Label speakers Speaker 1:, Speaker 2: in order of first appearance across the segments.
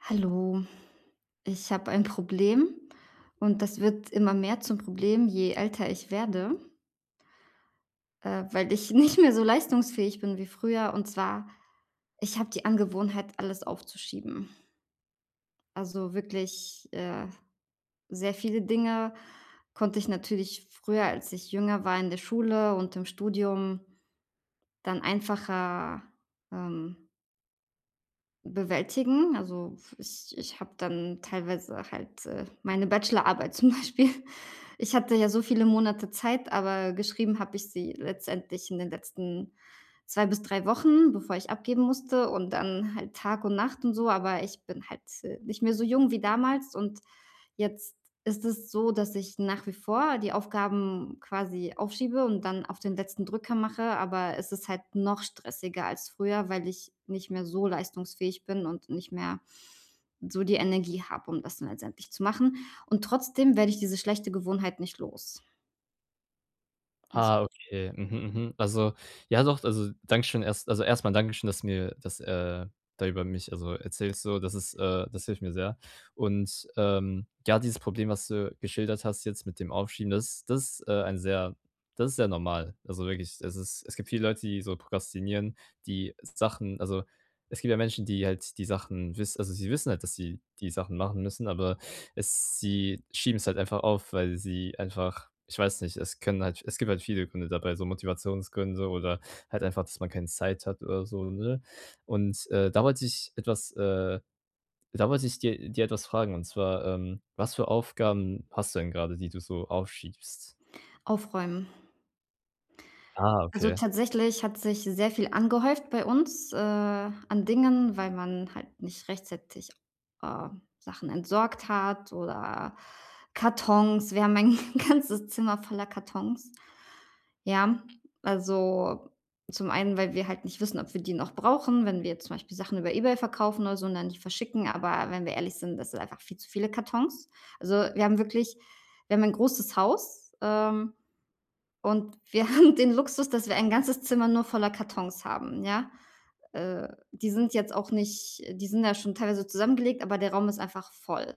Speaker 1: Hallo, ich habe ein Problem und das wird immer mehr zum Problem, je älter ich werde, weil ich nicht mehr so leistungsfähig bin wie früher. Und zwar, ich habe die Angewohnheit, alles aufzuschieben. Also wirklich sehr viele Dinge konnte ich natürlich früher, als ich jünger war in der Schule und im Studium, dann einfacher ähm, bewältigen. Also, ich habe dann teilweise halt, meine Bachelorarbeit zum Beispiel, ich hatte ja so viele Monate Zeit, aber geschrieben habe ich sie letztendlich in den letzten 2 bis 3 Wochen, bevor ich abgeben musste und dann halt Tag und Nacht und so, aber ich bin halt, nicht mehr so jung wie damals. Und jetzt ist es so, dass ich nach wie vor die Aufgaben quasi aufschiebe und dann auf den letzten Drücker mache, aber es ist halt noch stressiger als früher, weil ich nicht mehr so leistungsfähig bin und nicht mehr so die Energie habe, um das dann letztendlich zu machen. Und trotzdem werde ich diese schlechte Gewohnheit nicht los. Das
Speaker 2: Ah, okay. Mhm, mhm. Also, ja doch, Dankeschön erstmal mal Dankeschön, dass du mir das, da über mich, erzählst so. Das ist, das hilft mir sehr. Und, ja, dieses Problem, was du geschildert hast jetzt mit dem Aufschieben, das ist, ein sehr das Ist sehr normal. Also, wirklich, es gibt viele Leute, die so prokrastinieren, die Sachen also, es gibt ja Menschen, die halt die Sachen wissen. Also, sie wissen halt, dass sie die Sachen machen müssen, aber es sie schieben es halt einfach auf, weil sie einfach ich weiß nicht, es gibt halt viele Gründe dabei, so Motivationsgründe oder halt einfach, dass man keine Zeit hat oder so, ne? Und, da wollte ich etwas da wollte ich dir etwas fragen und zwar, was für Aufgaben hast du denn gerade, die du so aufschiebst?
Speaker 1: Aufräumen.
Speaker 2: Ah,
Speaker 1: Also,
Speaker 2: okay.
Speaker 1: tatsächlich hat sich sehr viel angehäuft bei uns, an Dingen, weil man halt nicht rechtzeitig, äh, Sachen entsorgt hat, oder Kartons. Wir haben ein ganzes Zimmer voller Kartons. Ja, also, zum einen, weil wir halt nicht wissen, ob wir die noch brauchen, wenn wir jetzt zum Beispiel Sachen über eBay verkaufen oder so und dann die verschicken. Aber wenn wir ehrlich sind, das sind einfach viel zu viele Kartons. Also, wir haben wirklich, wir haben ein großes Haus, und wir haben den Luxus, dass wir ein ganzes Zimmer nur voller Kartons haben, ja? Die sind jetzt auch nicht, die sind ja schon teilweise zusammengelegt, aber der Raum ist einfach voll.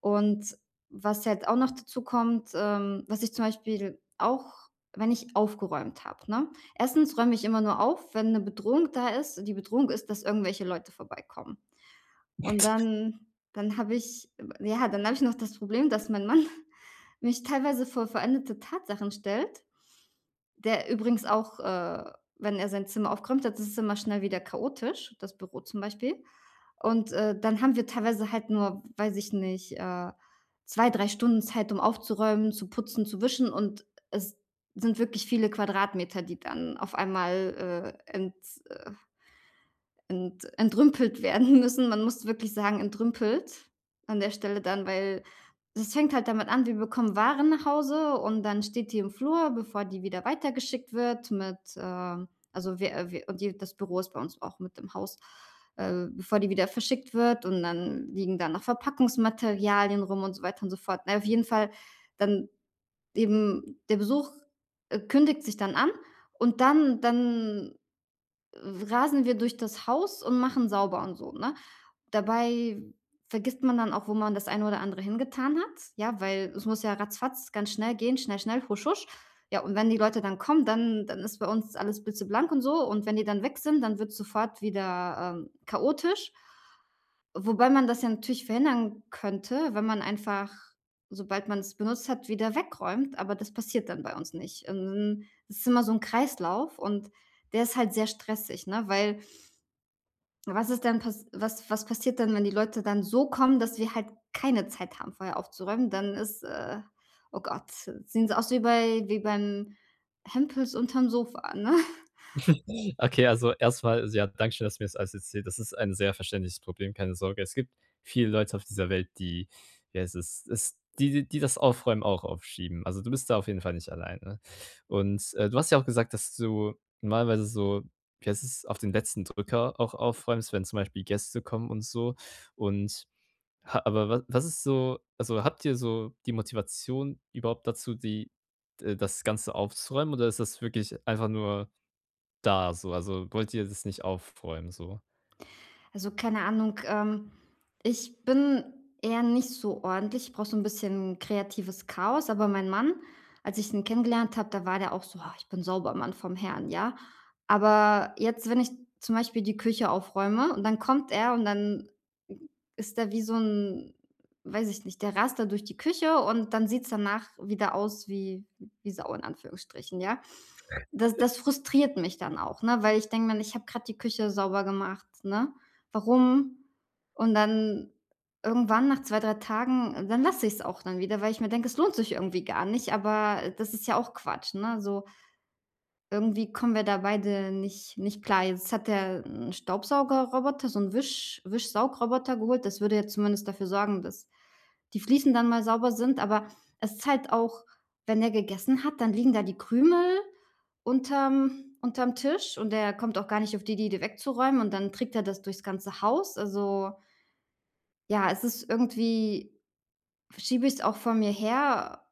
Speaker 1: Und was jetzt auch noch dazukommt, was ich zum Beispiel auch, wenn ich aufgeräumt habe, ne? Erstens räume ich immer nur auf, wenn eine Bedrohung da ist. Die Bedrohung ist, dass irgendwelche Leute vorbeikommen. Und dann dann habe ich ja, dann habe ich noch das Problem, dass mein Mann mich teilweise vor veränderte Tatsachen stellt, der übrigens auch, wenn er sein Zimmer aufgeräumt hat, ist es immer schnell wieder chaotisch, das Büro zum Beispiel. Und, dann haben wir teilweise halt nur, weiß ich nicht, 2, 3 Stunden Zeit, um aufzuräumen, zu putzen, zu wischen, und es sind wirklich viele Quadratmeter, die dann auf einmal, entrümpelt werden müssen. Man muss wirklich sagen, entrümpelt an der Stelle dann, weil das fängt halt damit an, wir bekommen Waren nach Hause und dann steht die im Flur, bevor die wieder weitergeschickt wird mit, also wir wir und die, das Büro ist bei uns auch mit im Haus, bevor die wieder verschickt wird, und dann liegen da noch Verpackungsmaterialien rum und so weiter und so fort. Na ja, auf jeden Fall dann eben der Besuch, kündigt sich dann an und dann rasen wir durch das Haus und machen sauber und so, ne? Dabei vergisst man dann auch, wo man das eine oder andere hingetan hat, ja, weil es muss ja ratzfatz ganz schnell gehen, schnell, schnell, husch, husch. Ja, und wenn die Leute dann kommen, dann ist bei uns alles blitzeblank und so, und wenn die dann weg sind, dann wird's sofort wieder, chaotisch. Wobei man das ja natürlich verhindern könnte, wenn man einfach, sobald man es benutzt hat, wieder wegräumt, aber das passiert dann bei uns nicht. Es ist immer so 'n Kreislauf und der ist halt sehr stressig, ne? Weil, was ist denn pass was was passiert denn, wenn die Leute dann so kommen, dass wir halt keine Zeit haben, vorher aufzuräumen? Dann ist, oh Gott, sehen sie aus wie bei wie beim Hempels unterm Sofa, ne?
Speaker 2: Okay, also erstmal, also ja, danke schön, dass du mir das alles erzählt. Das ist ein sehr verständliches Problem, keine Sorge. Es gibt viele Leute auf dieser Welt, die, wie heißt es, die das Aufräumen auch aufschieben. Also, du bist da auf jeden Fall nicht alleine. Und, du hast ja auch gesagt, dass du normalerweise so, wie heißt es, auf den letzten Drücker auch aufräumst, wenn zum Beispiel Gäste kommen und so. Und ha aber was ist habt ihr so die Motivation überhaupt dazu, die d das Ganze aufzuräumen oder ist das wirklich einfach nur da so, also wollt ihr das nicht aufräumen so?
Speaker 1: Also, keine Ahnung, ich bin eher nicht so ordentlich. Ich brauche so ein bisschen kreatives Chaos, aber mein Mann, als ich ihn kennengelernt habe, da war der auch so: „Ah, ich bin sauber, Mann vom Herrn“, ja? Aber jetzt, wenn ich zum Beispiel die Küche aufräume und dann kommt er, und dann ist er wie so ein, weiß ich nicht, der rast da durch die Küche und dann sieht es danach wieder aus wie Sau in Anführungsstrichen, ja? Das frustriert mich dann auch, ne, weil ich denke mir: „Ich habe gerade die Küche sauber gemacht, ne? Warum?“ Und dann irgendwann nach 2 3 Tagen, dann lasse ich es auch dann wieder, weil ich mir denke, es lohnt sich irgendwie gar nicht, aber das ist ja auch Quatsch, ne? So, irgendwie kommen wir da beide nicht klar. Jetzt hat der 'n Staubsaugerroboter, so 'n Wischsaugroboter geholt. Das würde ja zumindest dafür sorgen, dass die Fliesen dann mal sauber sind, aber es ist halt auch, wenn er gegessen hat, dann liegen da die Krümel unterm Tisch, und der kommt auch gar nicht auf die Idee, die wegzuräumen, und dann trägt er das durchs ganze Haus. Also, ja, es ist irgendwie, schiebe ich es auch vor mir her,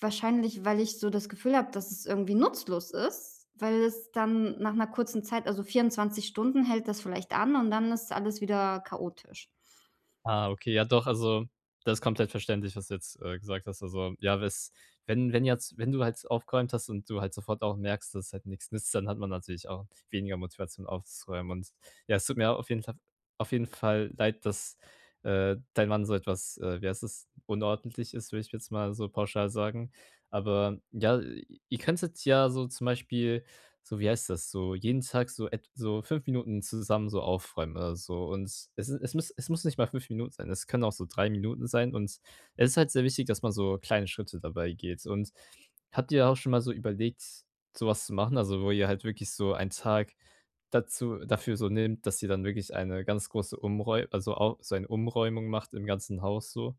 Speaker 1: wahrscheinlich, weil ich so das Gefühl habe, dass es irgendwie nutzlos ist, weil es dann nach einer kurzen Zeit, also, 24 Stunden hält das vielleicht an und dann ist alles wieder chaotisch.
Speaker 2: Ah, okay, ja doch, also, das ist komplett verständlich, was du jetzt, gesagt hast. Also, ja, wes wenn du halt aufgeräumt hast und du halt sofort auch merkst, dass halt nichts nützt, dann hat man natürlich auch weniger Motivation aufzuräumen und ja, es tut mir auf jeden Fall leid, dass, dein Mann so etwas, wie heißt es, unordentlich ist, würde ich jetzt mal so pauschal sagen. Aber ja, ihr könntet ja so zum Beispiel so wie heißt das, so jeden Tag so 5 Minuten zusammen so aufräumen oder so und es muss nicht mal 5 Minuten sein, es können auch so 3 Minuten sein und es ist halt sehr wichtig, dass man so kleine Schritte dabei geht. Und habt ihr auch schon mal so überlegt, sowas zu machen? Also, wo ihr halt wirklich so einen Tag dazu dafür so nehmt, dass ihr dann wirklich eine ganz große Umräu also au so eine Umräumung macht im ganzen Haus so?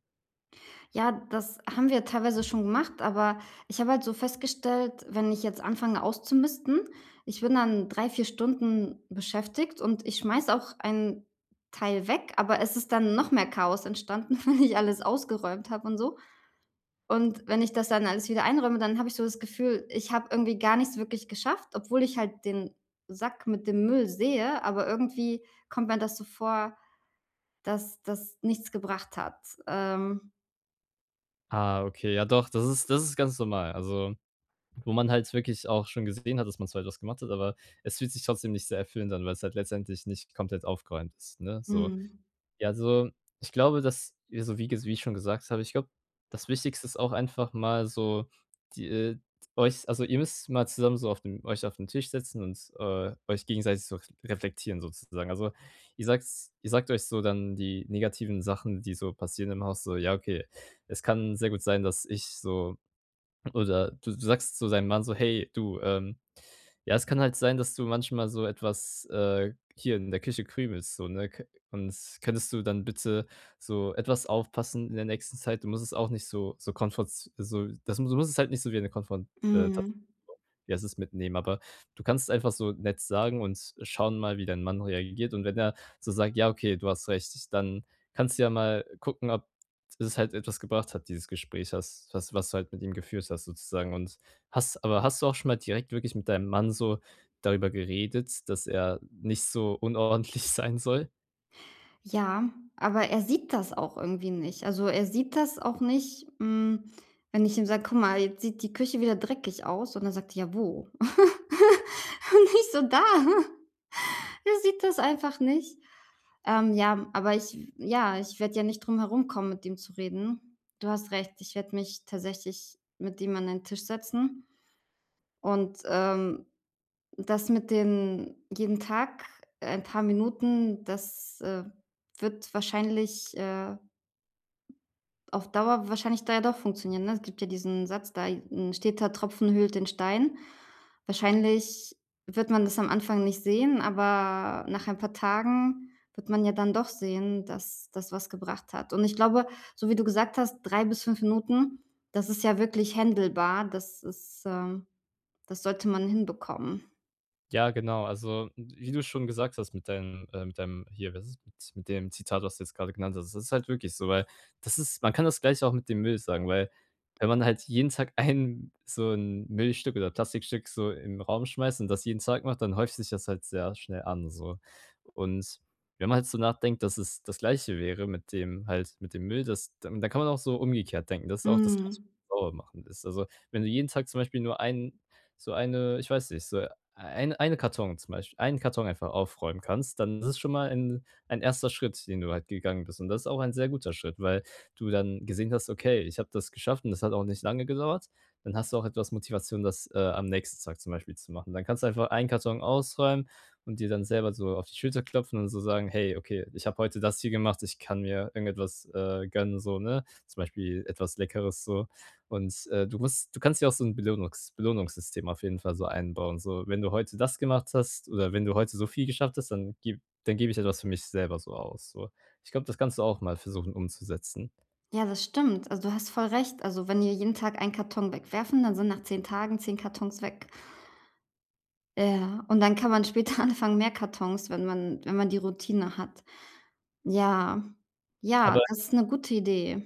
Speaker 1: Ja, das haben wir teilweise schon gemacht, aber ich habe halt so festgestellt, wenn ich jetzt anfange auszumisten, ich bin dann 3, 4 Stunden beschäftigt und ich schmeiß auch einen Teil weg, aber es ist dann noch mehr Chaos entstanden, wenn ich alles ausgeräumt habe und so. Und wenn ich das dann alles wieder einräume, dann habe ich so das Gefühl, ich habe irgendwie gar nichts wirklich geschafft, obwohl ich halt den Sack mit dem Müll sehe, aber irgendwie kommt mir das so vor, dass das nichts gebracht hat.
Speaker 2: Ah, okay, ja doch, das ist ganz normal. Also, wo man halt wirklich auch schon gesehen hat, dass man zwar etwas gemacht hat, aber es fühlt sich trotzdem nicht sehr erfüllend an, weil es halt letztendlich nicht komplett aufgeräumt ist, ne, so.
Speaker 1: Mhm,
Speaker 2: Ja, also, ich glaube, dass ja, wie ich schon gesagt habe, ich glaube, das Wichtigste ist auch einfach mal so die ihr müsst mal zusammen auf den Tisch setzen und, euch gegenseitig so reflektieren sozusagen. Also, ihr sagt ihr sagt euch so dann die negativen Sachen, die so passieren im Haus, so: „Ja, okay, es kann sehr gut sein, dass ich so“ oder du sagst zu deinem Mann so: „Hey, du, ja, es kann halt sein, dass du manchmal so etwas, hier in der Küche krümelst, so, ne? K und Könntest du dann bitte so etwas aufpassen in der nächsten Zeit? Du musst es auch nicht so so konfronts so das mu du musst es halt nicht so wie eine Konfront
Speaker 1: mhm.
Speaker 2: wie heißt es, ist mitnehmen, aber du kannst es einfach so nett sagen und schauen mal, wie dein Mann reagiert.“ Und wenn er so sagt: „Ja, okay, du hast recht“, dann kannst du ja mal gucken, ob es halt etwas gebracht hat, dieses Gespräch, das was was du halt mit ihm geführt hast sozusagen und hast du auch schon mal direkt wirklich mit deinem Mann so darüber geredet, dass er nicht so unordentlich sein soll?
Speaker 1: Ja, aber er sieht das auch irgendwie nicht. Also, er sieht das auch nicht, hm, wenn ich ihm sage: „Guck mal, jetzt sieht die Küche wieder dreckig aus.“ Und dann sagt er: „Ja, wo?“ Und ich so: „Da.“ Er sieht das einfach nicht. Ja, aber ich, ja, ich werde ja nicht drum herumkommen, mit ihm zu reden. Du hast recht, ich werde mich tatsächlich mit ihm an den Tisch setzen und, das mit den jeden Tag ein paar Minuten, das, wird wahrscheinlich, auf Dauer wahrscheinlich da ja doch funktionieren, ne? Es gibt ja diesen Satz da: „'N steter Tropfen höhlt den Stein.“ Wahrscheinlich wird man das am Anfang nicht sehen, aber nach ein paar Tagen wird man ja dann doch sehen, dass das was gebracht hat. Und ich glaube, so wie du gesagt hast, 3 bis 5 Minuten, das ist ja wirklich händelbar. Das ist, das sollte man hinbekommen.
Speaker 2: Ja, genau. Also, wie du schon gesagt hast mit deinem hier, was ist mit dem Zitat, was du jetzt gerade genannt hast. Das ist halt wirklich so, weil das ist man kann das gleich auch mit dem Müll sagen, weil wenn man halt jeden Tag ein so ein Müllstück oder Plastikstück so im Raum schmeißt und das jeden Tag macht, dann häuft sich das halt sehr schnell an so. Und wenn man halt so nachdenkt, dass es das Gleiche wäre mit dem halt mit dem Müll, das dann dann kann man auch so umgekehrt denken, dass auch das Gleiche
Speaker 1: Mhm.
Speaker 2: sauber machen ist. Also, wenn du jeden Tag zum Beispiel nur einen so eine ich weiß nicht, so ein eine Karton zum Beispiel einen Karton einfach aufräumen kannst, dann ist es schon mal ein erster Schritt, den du halt gegangen bist. Und das ist auch ein sehr guter Schritt, weil du dann gesehen hast: „Okay, ich habe das geschafft und das hat auch nicht lange gedauert.“ Dann hast du auch etwas Motivation, das, am nächsten Tag zum Beispiel zu machen. Dann kannst du einfach einen Karton ausräumen und dir dann selber so auf die Schulter klopfen und so sagen: „Hey, okay, ich habe heute das hier gemacht, ich kann mir irgendetwas, gönnen“, so, ne? Zum Beispiel etwas Leckeres so. Und, du kannst ja auch so ein Belohnungssystem auf jeden Fall so einbauen. So, wenn du heute das gemacht hast oder wenn du heute so viel geschafft hast, dann gebe ich etwas für mich selber so aus, so. Ich glaube, das kannst du auch mal versuchen umzusetzen.
Speaker 1: Ja, das stimmt. Also, du hast voll recht. Also, wenn wir jeden Tag einen Karton wegwerfen, dann sind nach 10 Tagen 10 Kartons weg. Ja, und dann kann man später anfangen, mehr Kartons, wenn man wenn man die Routine hat. Ja. Ja,
Speaker 2: Aber
Speaker 1: das ist 'ne gute Idee.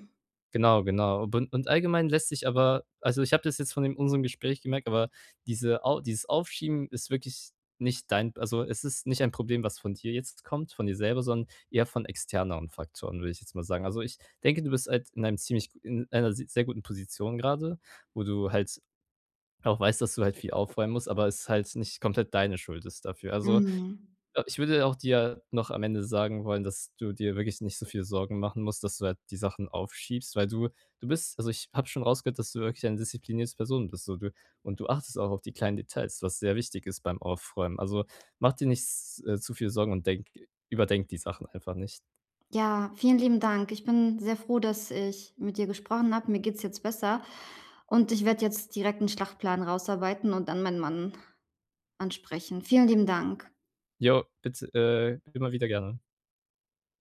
Speaker 2: genau, genau. Bun und Allgemein lässt sich aber also, ich habe das jetzt von dem unserem Gespräch gemerkt, aber dieses Aufschieben ist wirklich nicht dein also, es ist nicht ein Problem, was von dir jetzt kommt, von dir selber, sondern eher von externeren Faktoren, würde ich jetzt mal sagen. Also, ich denke, du bist halt in einem ziemlich gu in einer se sehr guten Position grade, wo du halt auch weißt, dass du halt viel aufräumen musst, aber es halt nicht komplett deine Schuld ist dafür. Also,
Speaker 1: Mhm.
Speaker 2: ja, ich würde auch dir noch am Ende sagen wollen, dass du dir wirklich nicht so viel Sorgen machen musst, dass du halt die Sachen aufschiebst, weil du du bist also, ich habe schon rausgehört, dass du wirklich eine disziplinierte Person bist, so du und du achtest auch auf die kleinen Details, was sehr wichtig ist beim Aufräumen. Also, mach dir nicht s zu viel Sorgen und denk überdenk die Sachen einfach nicht.
Speaker 1: Ja, vielen lieben Dank. Ich bin sehr froh, dass ich mit dir gesprochen habe. Mir geht's jetzt besser und ich werde jetzt direkt 'n Schlachtplan rausarbeiten und dann meinen Mann ansprechen. Vielen lieben Dank.
Speaker 2: Jo, bitte, immer wieder gerne.